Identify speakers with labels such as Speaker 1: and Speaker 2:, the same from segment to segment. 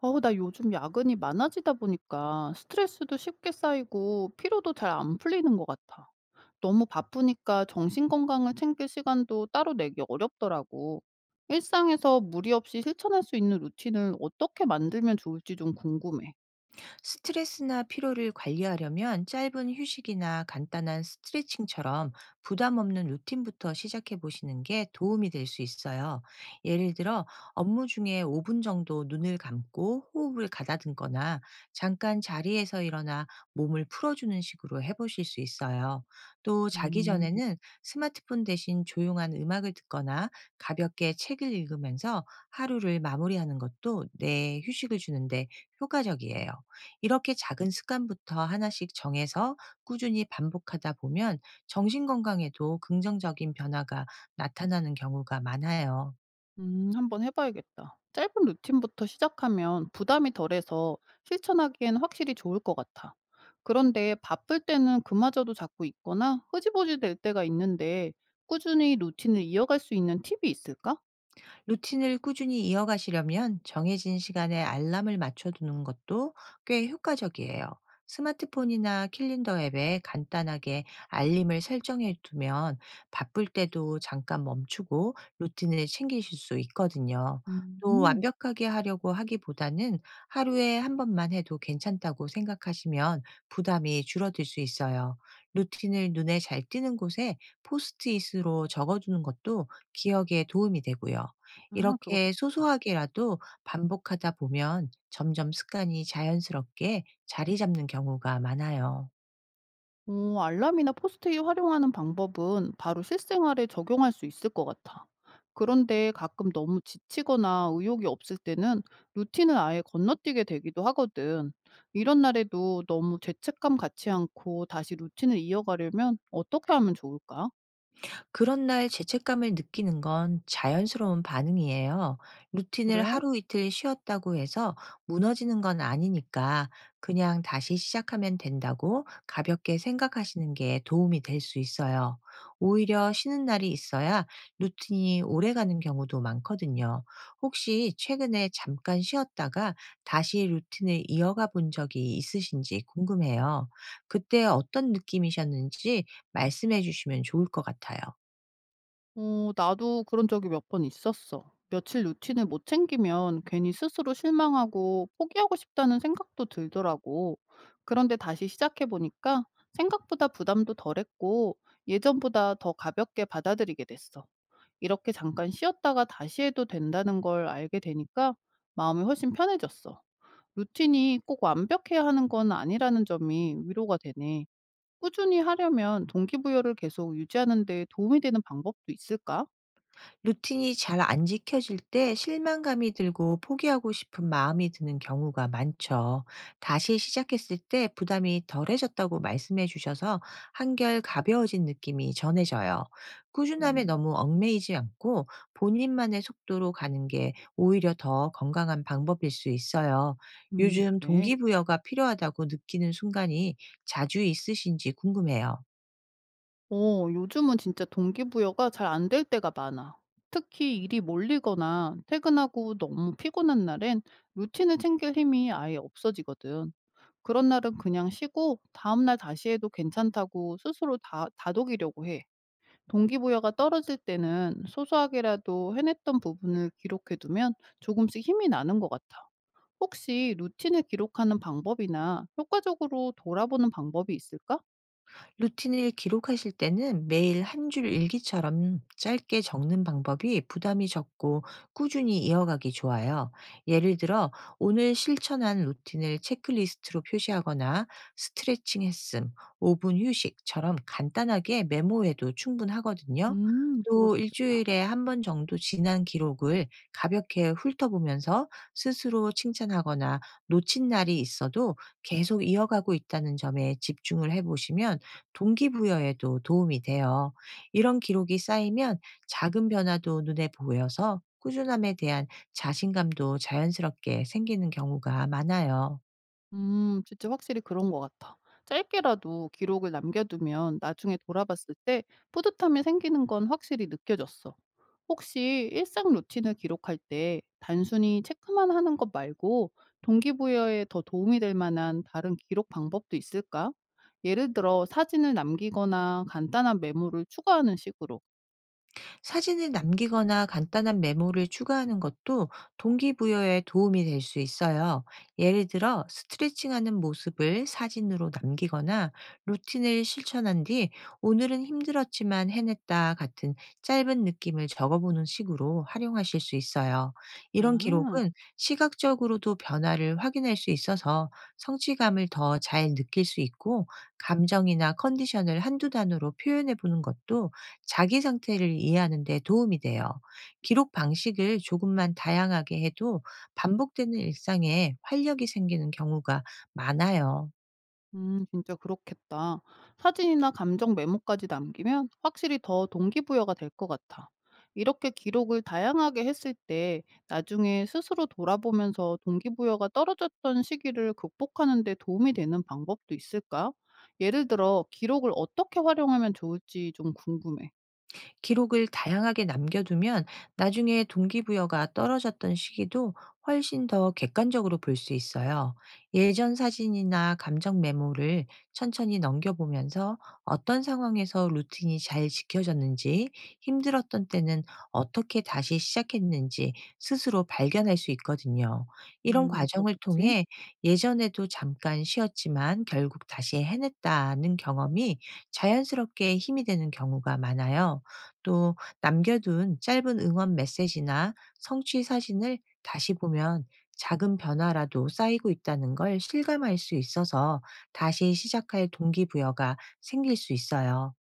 Speaker 1: 어우, 나 요즘 야근이 많아지다 보니까 스트레스도 쉽게 쌓이고 피로도 잘 안 풀리는 것 같아. 너무 바쁘니까 정신 건강을 챙길 시간도 따로 내기 어렵더라고. 일상에서 무리 없이 실천할 수 있는 루틴을 어떻게 만들면 좋을지 좀 궁금해.
Speaker 2: 스트레스나 피로를 관리하려면 짧은 휴식이나 간단한 스트레칭처럼 부담 없는 루틴부터 시작해 보시는 게 도움이 될 수 있어요. 예를 들어 업무 중에 5분 정도 눈을 감고 호흡을 가다듬거나 잠깐 자리에서 일어나 몸을 풀어주는 식으로 해보실 수 있어요. 또 자기 전에는 스마트폰 대신 조용한 음악을 듣거나 가볍게 책을 읽으면서 하루를 마무리하는 것도 뇌에 휴식을 주는데 효과적이에요. 이렇게 작은 습관부터 하나씩 정해서 꾸준히 반복하다 보면 정신 건강에도 긍정적인 변화가 나타나는 경우가 많아요.
Speaker 1: 한번 해봐야겠다. 짧은 루틴부터 시작하면 부담이 덜해서 실천하기엔 확실히 좋을 것 같아. 그런데 바쁠 때는 그마저도 자꾸 있거나 흐지부지 될 때가 있는데 꾸준히 루틴을 이어갈 수 있는 팁이 있을까?
Speaker 2: 루틴을 꾸준히 이어가시려면 정해진 시간에 알람을 맞춰두는 것도 꽤 효과적이에요. 스마트폰이나 캘린더 앱에 간단하게 알림을 설정해 두면 바쁠 때도 잠깐 멈추고 루틴을 챙기실 수 있거든요. 또
Speaker 1: 음,
Speaker 2: 완벽하게 하려고 하기보다는 하루에 한 번만 해도 괜찮다고 생각하시면 부담이 줄어들 수 있어요. 루틴을 눈에 잘 띄는 곳에 포스트잇으로 적어두는 것도 기억에 도움이 되고요.
Speaker 1: 아, 그거
Speaker 2: 이렇게
Speaker 1: 좋겠다.
Speaker 2: 소소하게라도 반복하다 보면 점점 습관이 자연스럽게 자리 잡는 경우가 많아요.
Speaker 1: 어, 알람이나 포스트잇 활용하는 방법은 바로 실생활에 적용할 수 있을 것 같아. 그런데 가끔 너무 지치거나 의욕이 없을 때는 루틴을 아예 건너뛰게 되기도 하거든. 이런 날에도 너무 죄책감 갖지 않고 다시 루틴을 이어가려면 어떻게 하면 좋을까?
Speaker 2: 그런 날 죄책감을 느끼는 건 자연스러운 반응이에요. 루틴을
Speaker 1: 그래.
Speaker 2: 하루 이틀 쉬었다고 해서 무너지는 건 아니니까, 그냥 다시 시작하면 된다고 가볍게 생각하시는 게 도움이 될 수 있어요. 오히려 쉬는 날이 있어야 루틴이 오래 가는 경우도 많거든요. 혹시 최근에 잠깐 쉬었다가 다시 루틴을 이어가 본 적이 있으신지 궁금해요. 그때 어떤 느낌이셨는지 말씀해 주시면 좋을 것 같아요.
Speaker 1: 어, 나도 그런 적이 몇 번 있었어. 며칠 루틴을 못 챙기면 괜히 스스로 실망하고 포기하고 싶다는 생각도 들더라고. 그런데 다시 시작해보니까 생각보다 부담도 덜했고 예전보다 더 가볍게 받아들이게 됐어. 이렇게 잠깐 쉬었다가 다시 해도 된다는 걸 알게 되니까 마음이 훨씬 편해졌어. 루틴이 꼭 완벽해야 하는 건 아니라는 점이 위로가 되네. 꾸준히 하려면 동기부여를 계속 유지하는 데 도움이 되는 방법도 있을까?
Speaker 2: 루틴이 잘 안 지켜질 때 실망감이 들고 포기하고 싶은 마음이 드는 경우가 많죠. 다시 시작했을 때 부담이 덜해졌다고 말씀해 주셔서 한결 가벼워진 느낌이 전해져요. 꾸준함에
Speaker 1: 음.
Speaker 2: 너무 얽매이지 않고 본인만의 속도로 가는 게 오히려 더 건강한 방법일 수 있어요. 요즘
Speaker 1: 그래?
Speaker 2: 동기부여가 필요하다고 느끼는 순간이 자주 있으신지 궁금해요.
Speaker 1: 어 요즘은 진짜 동기부여가 잘 안될 때가 많아. 특히 일이 몰리거나 퇴근하고 너무 피곤한 날엔 루틴을 챙길 힘이 아예 없어지거든. 그런 날은 그냥 쉬고 다음날 다시 해도 괜찮다고 스스로 다 다독이려고 해. 동기부여가 떨어질 때는 소소하게라도 해냈던 부분을 기록해 두면 조금씩 힘이 나는 것 같아. 혹시 루틴을 기록하는 방법이나 효과적으로 돌아보는 방법이 있을까?
Speaker 2: 루틴을 기록하실 때는 매일 한 줄 일기처럼 짧게 적는 방법이 부담이 적고 꾸준히 이어가기 좋아요. 예를 들어, 오늘 실천한 루틴을 체크리스트로 표시하거나 스트레칭 했음, 5분 휴식처럼 간단하게 메모해도 충분하거든요.
Speaker 1: 그거
Speaker 2: 또
Speaker 1: 좋겠다.
Speaker 2: 일주일에 한 번 정도 지난 기록을 가볍게 훑어보면서 스스로 칭찬하거나, 놓친 날이 있어도 계속 이어가고 있다는 점에 집중을 해보시면 동기부여에도 도움이 돼요. 이런 기록이 쌓이면 작은 변화도 눈에 보여서 꾸준함에 대한 자신감도 자연스럽게 생기는 경우가 많아요.
Speaker 1: 진짜 확실히 그런 것 같아. 짧게라도 기록을 남겨두면 나중에 돌아봤을 때 뿌듯함이 생기는 건 확실히 느껴졌어. 혹시 일상 루틴을 기록할 때 단순히 체크만 하는 것 말고 동기부여에 더 도움이 될 만한 다른 기록 방법도 있을까? 예를 들어 사진을 남기거나 간단한 메모를 추가하는 식으로.
Speaker 2: 사진을 남기거나 간단한 메모를 추가하는 것도 동기부여에 도움이 될 수 있어요. 예를 들어, 스트레칭하는 모습을 사진으로 남기거나 루틴을 실천한 뒤 "오늘은 힘들었지만 해냈다" 같은 짧은 느낌을 적어보는 식으로 활용하실 수 있어요. 이런
Speaker 1: 아.
Speaker 2: 기록은 시각적으로도 변화를 확인할 수 있어서 성취감을 더 잘 느낄 수 있고, 감정이나 컨디션을 한두 단어로 표현해 보는 것도 자기 상태를 이해하는 데 도움이 돼요. 기록 방식을 조금만 다양하게 해도 반복되는 일상에 활력이 생기는 경우가 많아요.
Speaker 1: 진짜 그렇겠다. 사진이나 감정 메모까지 남기면 확실히 더 동기부여가 될 것 같아. 이렇게 기록을 다양하게 했을 때 나중에 스스로 돌아보면서 동기부여가 떨어졌던 시기를 극복하는 데 도움이 되는 방법도 있을까? 예를 들어, 기록을 어떻게 활용하면 좋을지 좀 궁금해.
Speaker 2: 기록을 다양하게 남겨두면 나중에 동기부여가 떨어졌던 시기도 훨씬 더 객관적으로 볼 수 있어요. 예전 사진이나 감정 메모를 천천히 넘겨보면서 어떤 상황에서 루틴이 잘 지켜졌는지, 힘들었던 때는 어떻게 다시 시작했는지 스스로 발견할 수 있거든요. 이런 과정을
Speaker 1: 그렇겠지.
Speaker 2: 통해 예전에도 잠깐 쉬었지만 결국 다시 해냈다는 경험이 자연스럽게 힘이 되는 경우가 많아요. 또 남겨둔 짧은 응원 메시지나 성취 사진을 다시 보면 작은 변화라도 쌓이고 있다는 걸 실감할 수 있어서 다시 시작할 동기부여가 생길 수 있어요.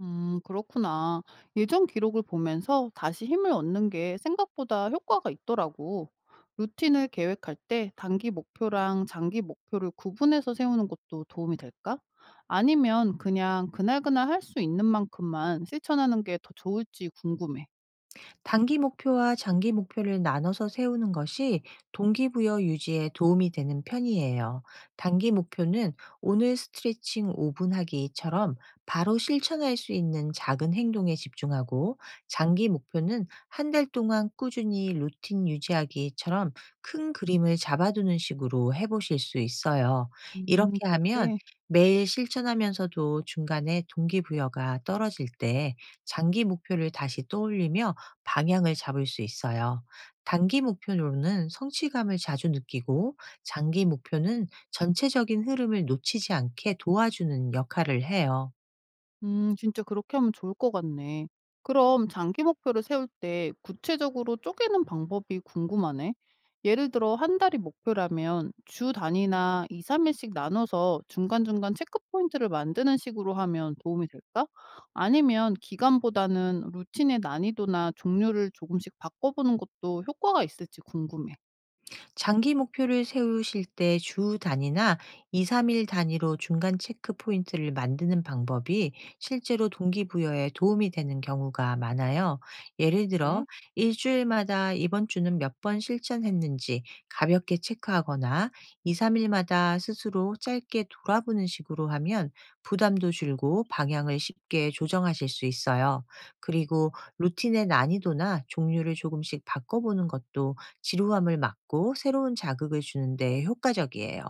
Speaker 1: 그렇구나. 예전 기록을 보면서 다시 힘을 얻는 게 생각보다 효과가 있더라고. 루틴을 계획할 때 단기 목표랑 장기 목표를 구분해서 세우는 것도 도움이 될까? 아니면 그냥 그날그날 할 수 있는 만큼만 실천하는 게 더 좋을지 궁금해.
Speaker 2: 단기 목표와 장기 목표를 나눠서 세우는 것이 동기부여 유지에 도움이 되는 편이에요. 단기 목표는 "오늘 스트레칭 5분 하기처럼 바로 실천할 수 있는 작은 행동에 집중하고, 장기 목표는 "한 달 동안 꾸준히 루틴 유지하기처럼 큰 그림을 잡아두는 식으로 해보실 수 있어요. 이렇게 하면
Speaker 1: 그렇게.
Speaker 2: 매일 실천하면서도 중간에 동기부여가 떨어질 때 장기 목표를 다시 떠올리며 방향을 잡을 수 있어요. 단기 목표로는 성취감을 자주 느끼고, 장기 목표는 전체적인 흐름을 놓치지 않게 도와주는 역할을 해요.
Speaker 1: 진짜 그렇게 하면 좋을 것 같네. 그럼 장기 목표를 세울 때 구체적으로 쪼개는 방법이 궁금하네. 예를 들어 한 달이 목표라면 주 단위나 2, 3일씩 나눠서 중간중간 체크 포인트를 만드는 식으로 하면 도움이 될까? 아니면 기간보다는 루틴의 난이도나 종류를 조금씩 바꿔보는 것도 효과가 있을지 궁금해.
Speaker 2: 장기 목표를 세우실 때 주 단위나 2-3일 단위로 중간 체크 포인트를 만드는 방법이 실제로 동기부여에 도움이 되는 경우가 많아요. 예를
Speaker 1: 그래?
Speaker 2: 들어, 일주일마다 이번 주는 몇 번 실천했는지 가볍게 체크하거나, 2-3일마다 스스로 짧게 돌아보는 식으로 하면 부담도 줄고 방향을 쉽게 조정하실 수 있어요. 그리고 루틴의 난이도나 종류를 조금씩 바꿔보는 것도 지루함을 막고 새로운 자극을 주는데 효과적이에요.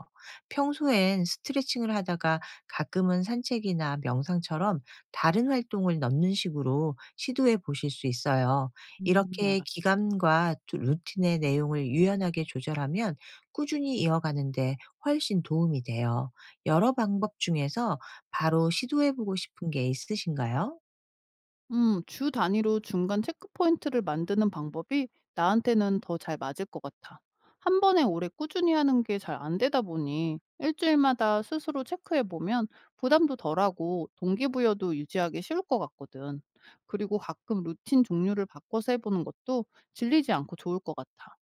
Speaker 2: 평소엔 스트레칭을 하다가 가끔은 산책이나 명상처럼 다른 활동을 넣는 식으로 시도해 보실 수 있어요. 이렇게
Speaker 1: 알았어.
Speaker 2: 기간과 루틴의 내용을 유연하게 조절하면 꾸준히 이어가는데 훨씬 도움이 돼요. 여러 방법 중에서 바로 시도해 보고 싶은 게 있으신가요?
Speaker 1: 주 단위로 중간 체크포인트를 만드는 방법이 나한테는 더 잘 맞을 것 같아. 한 번에 오래 꾸준히 하는 게 잘 안 되다 보니 일주일마다 스스로 체크해 보면 부담도 덜하고 동기부여도 유지하기 쉬울 것 같거든. 그리고 가끔 루틴 종류를 바꿔서 해보는 것도 질리지 않고 좋을 것 같아.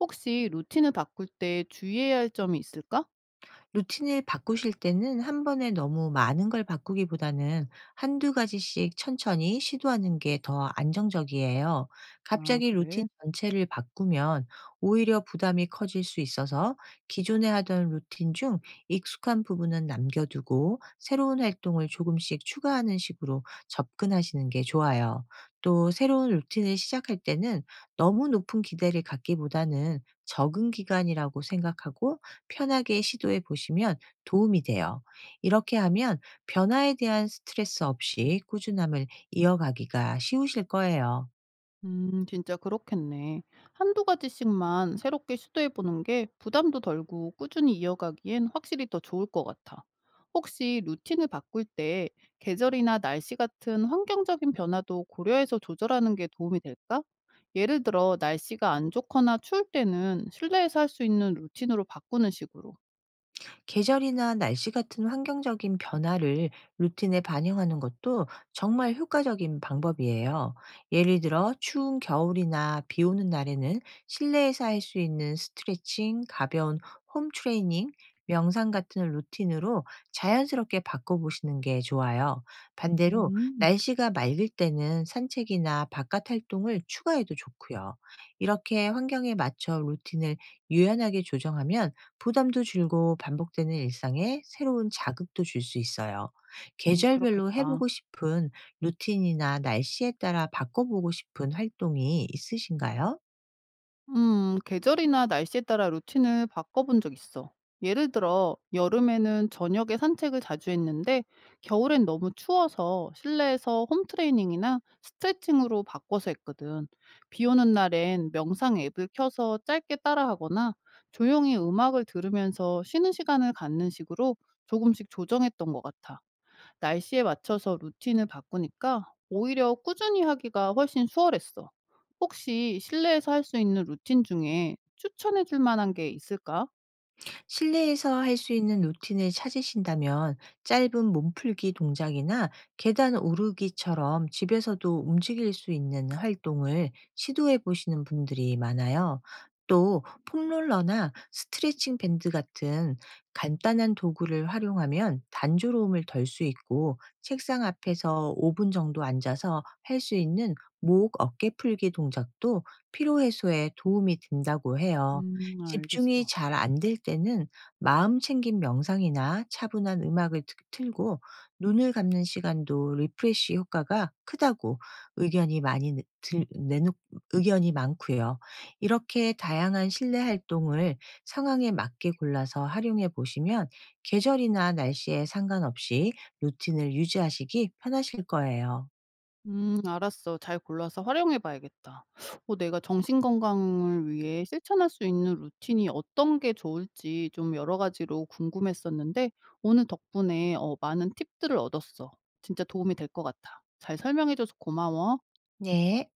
Speaker 1: 혹시 루틴을 바꿀 때 주의해야 할 점이 있을까?
Speaker 2: 루틴을 바꾸실 때는 한 번에 너무 많은 걸 바꾸기보다는 한두 가지씩 천천히 시도하는 게 더 안정적이에요.
Speaker 1: 아,
Speaker 2: 갑자기 루틴
Speaker 1: 그래.
Speaker 2: 전체를 바꾸면 오히려 부담이 커질 수 있어서 기존에 하던 루틴 중 익숙한 부분은 남겨두고 새로운 활동을 조금씩 추가하는 식으로 접근하시는 게 좋아요. 또 새로운 루틴을 시작할 때는 너무 높은 기대를 갖기보다는 적응 기간이라고 생각하고 편하게 시도해 보시면 도움이 돼요. 이렇게 하면 변화에 대한 스트레스 없이 꾸준함을 이어가기가 쉬우실 거예요.
Speaker 1: 진짜 그렇겠네. 한두 가지씩만 새롭게 시도해 보는 게 부담도 덜고 꾸준히 이어가기엔 확실히 더 좋을 것 같아. 혹시 루틴을 바꿀 때 계절이나 날씨 같은 환경적인 변화도 고려해서 조절하는 게 도움이 될까? 예를 들어, 날씨가 안 좋거나 추울 때는 실내에서 할 수 있는 루틴으로 바꾸는 식으로.
Speaker 2: 계절이나 날씨 같은 환경적인 변화를 루틴에 반영하는 것도 정말 효과적인 방법이에요. 예를 들어, 추운 겨울이나 비 오는 날에는 실내에서 할 수 있는 스트레칭, 가벼운 홈 트레이닝, 명상 같은 루틴으로 자연스럽게 바꿔보시는 게 좋아요. 반대로
Speaker 1: 음,
Speaker 2: 날씨가 맑을 때는 산책이나 바깥 활동을 추가해도 좋고요. 이렇게 환경에 맞춰 루틴을 유연하게 조정하면 부담도 줄고 반복되는 일상에 새로운 자극도 줄 수 있어요.
Speaker 1: 어,
Speaker 2: 계절별로
Speaker 1: 그렇겠다.
Speaker 2: 해보고 싶은 루틴이나 날씨에 따라 바꿔보고 싶은 활동이 있으신가요?
Speaker 1: 계절이나 날씨에 따라 루틴을 바꿔본 적 있어. 예를 들어, 여름에는 저녁에 산책을 자주 했는데, 겨울엔 너무 추워서 실내에서 홈트레이닝이나 스트레칭으로 바꿔서 했거든. 비 오는 날엔 명상 앱을 켜서 짧게 따라하거나, 조용히 음악을 들으면서 쉬는 시간을 갖는 식으로 조금씩 조정했던 것 같아. 날씨에 맞춰서 루틴을 바꾸니까 오히려 꾸준히 하기가 훨씬 수월했어. 혹시 실내에서 할 수 있는 루틴 중에 추천해 줄 만한 게 있을까?
Speaker 2: 실내에서 할 수 있는 루틴을 찾으신다면 짧은 몸풀기 동작이나 계단 오르기처럼 집에서도 움직일 수 있는 활동을 시도해 보시는 분들이 많아요. 또 폼롤러나 스트레칭 밴드 같은 간단한 도구를 활용하면 단조로움을 덜 수 있고, 책상 앞에서 5분 정도 앉아서 할 수 있는 목 어깨 풀기 동작도 피로 해소에 도움이 된다고 해요. 집중이
Speaker 1: 알겠어.
Speaker 2: 잘 안 될 때는 마음 챙김 명상이나 차분한 음악을 틀고 눈을 감는 시간도 리프레시 효과가 크다고, 의견이 많이 내- 들, 내놓, 의견이 많고요. 이렇게 다양한 실내 활동을 상황에 맞게 골라서 활용해 보시면 계절이나 날씨에 상관없이 루틴을 유지하시기 편하실 거예요.
Speaker 1: 알았어. 잘 골라서 활용해 봐야겠다. 어, 내가 정신 건강을 위해 실천할 수 있는 루틴이 어떤 게 좋을지 좀 여러 가지로 궁금했었는데 오늘 덕분에 많은 팁들을 얻었어. 진짜 도움이 될 것 같아. 잘 설명해줘서 고마워.
Speaker 2: 네.